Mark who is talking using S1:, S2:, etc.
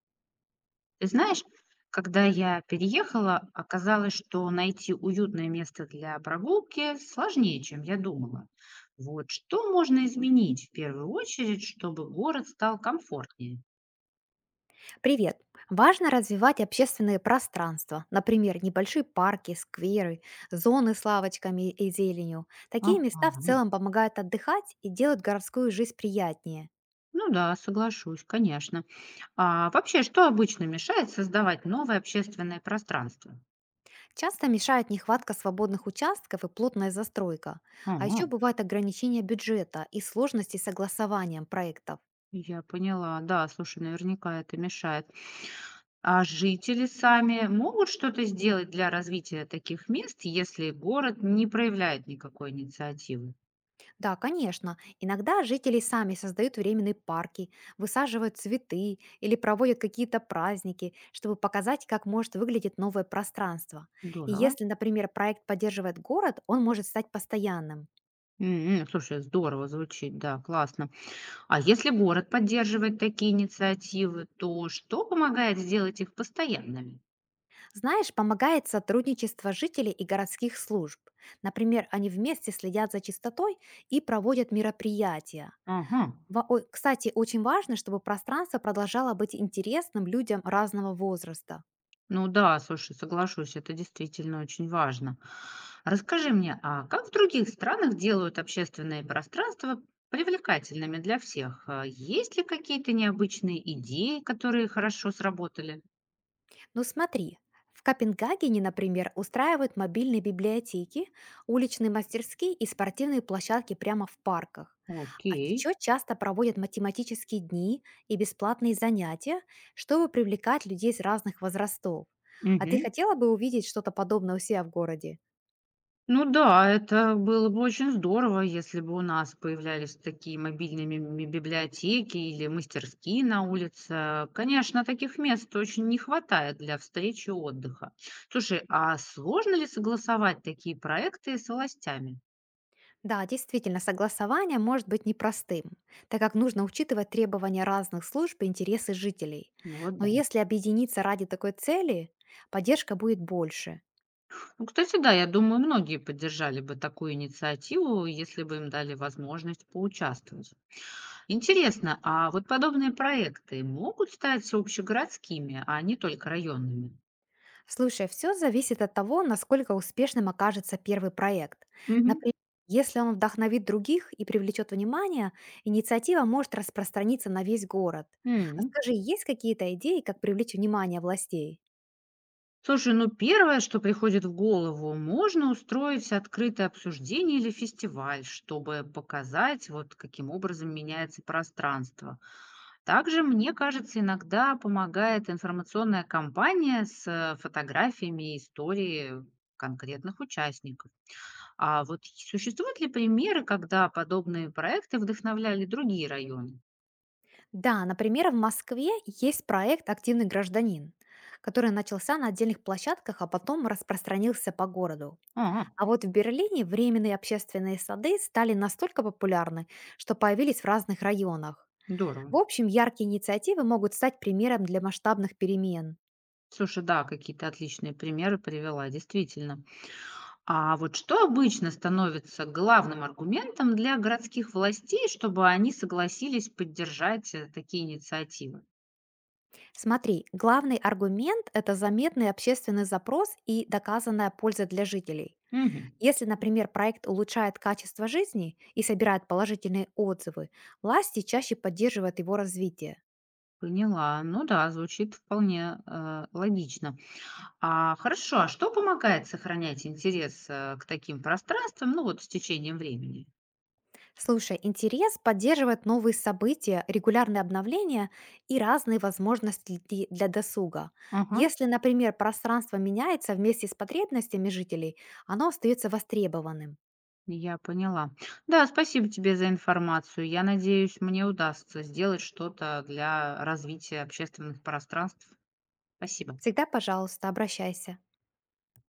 S1: Ты знаешь, когда я переехала, оказалось, что найти уютное место для прогулки сложнее, чем я думала. Вот что можно изменить в первую очередь, чтобы город стал комфортнее?
S2: Привет! Важно развивать общественные пространства, например, небольшие парки, скверы, зоны с лавочками и зеленью. Такие места в
S1: Ага, ну
S2: целом помогают отдыхать и делают городскую жизнь приятнее.
S1: ну да, соглашусь, конечно. А вообще, что обычно мешает создавать новое общественное пространство?
S2: Часто мешает нехватка свободных участков и плотная застройка. А
S1: Ага,
S2: еще бывают ограничения бюджета и сложности с согласованием проектов.
S1: я поняла, да, слушай, наверняка это мешает. А жители сами могут что-то сделать для развития таких мест, если город не проявляет никакой инициативы?
S2: Да, конечно. Иногда жители сами создают временные парки, высаживают цветы или проводят какие-то праздники, чтобы показать, как может выглядеть новое пространство. И
S1: Здорово.
S2: если, например, проект поддерживает город, он может стать постоянным.
S1: М, м, слушай, здорово звучит, да, классно. А если город поддерживает такие инициативы, то что помогает сделать их постоянными?
S2: Знаешь, помогает сотрудничество жителей и городских служб. Например, они вместе следят за чистотой и проводят мероприятия.
S1: Ага.
S2: Кстати, очень важно, чтобы пространство продолжало быть интересным людям разного возраста.
S1: Ну да, слушай, соглашусь, это действительно очень важно. Расскажи мне, а как в других странах делают общественные пространства привлекательными для всех? А есть ли какие-то необычные идеи, которые хорошо сработали?
S2: Ну смотри, в Копенгагене, например, устраивают мобильные библиотеки, уличные мастерские и спортивные площадки прямо в парках. А
S1: Окей.
S2: еще часто проводят математические дни и бесплатные занятия, чтобы привлекать людей с разных возрастов. А ты
S1: Мгм.
S2: хотела бы увидеть что-то подобное у себя в городе?
S1: Ну да, это было бы очень здорово, если бы у нас появлялись такие мобильные библиотеки или мастерские на улице. Конечно, таких мест очень не хватает для встречи и отдыха. Слушай, а сложно ли согласовать такие проекты с властями?
S2: Да, действительно, согласование может быть непростым, так как нужно учитывать требования разных служб и интересы жителей.
S1: Вот
S2: Но
S1: да.
S2: если объединиться ради такой цели, поддержка будет больше.
S1: Ну, кстати, да, я думаю, многие поддержали бы такую инициативу, если бы им дали возможность поучаствовать. Интересно, а вот подобные проекты могут стать общегородскими, а не только районными?
S2: Слушай, все зависит от того, насколько успешным окажется первый проект.
S1: Мгм.
S2: Например, если он вдохновит других и привлечет внимание, инициатива может распространиться на весь город. А
S1: М.
S2: скажи, есть какие-то идеи, как привлечь внимание властей?
S1: Слушай, ну первое, что приходит в голову, можно устроить открытое обсуждение или фестиваль, чтобы показать, вот каким образом меняется пространство. Также, мне кажется, иногда помогает информационная кампания с фотографиями истории конкретных участников. А вот существуют ли примеры, когда подобные проекты вдохновляли другие районы?
S2: Да, например, в Москве есть проект «Активный гражданин», который начался на отдельных площадках, а потом распространился по городу.
S1: А,
S2: А вот в Берлине временные общественные сады стали настолько популярны, что появились в разных районах.
S1: здорово.
S2: В общем, яркие инициативы могут стать примером для масштабных перемен.
S1: Слушай, да, какие-то отличные примеры привела, действительно. А вот что обычно становится главным аргументом для городских властей, чтобы они согласились поддержать такие инициативы?
S2: Смотри, главный аргумент — это заметный общественный запрос и доказанная польза для жителей.
S1: Мгм.
S2: Если, например, проект улучшает качество жизни и собирает положительные отзывы, власти чаще поддерживают его развитие.
S1: Поняла. Ну да, звучит вполне логично. А хорошо, а что помогает сохранять интерес к таким пространствам, ну вот с течением времени?
S2: Слушай, интерес поддерживает новые события, регулярные обновления и разные возможности для досуга.
S1: Ага,
S2: Если, например, пространство меняется вместе с потребностями жителей, оно остается востребованным.
S1: я поняла. Да, спасибо тебе за информацию. Я надеюсь, мне удастся сделать что-то для развития общественных пространств. Спасибо.
S2: Всегда пожалуйста, обращайся.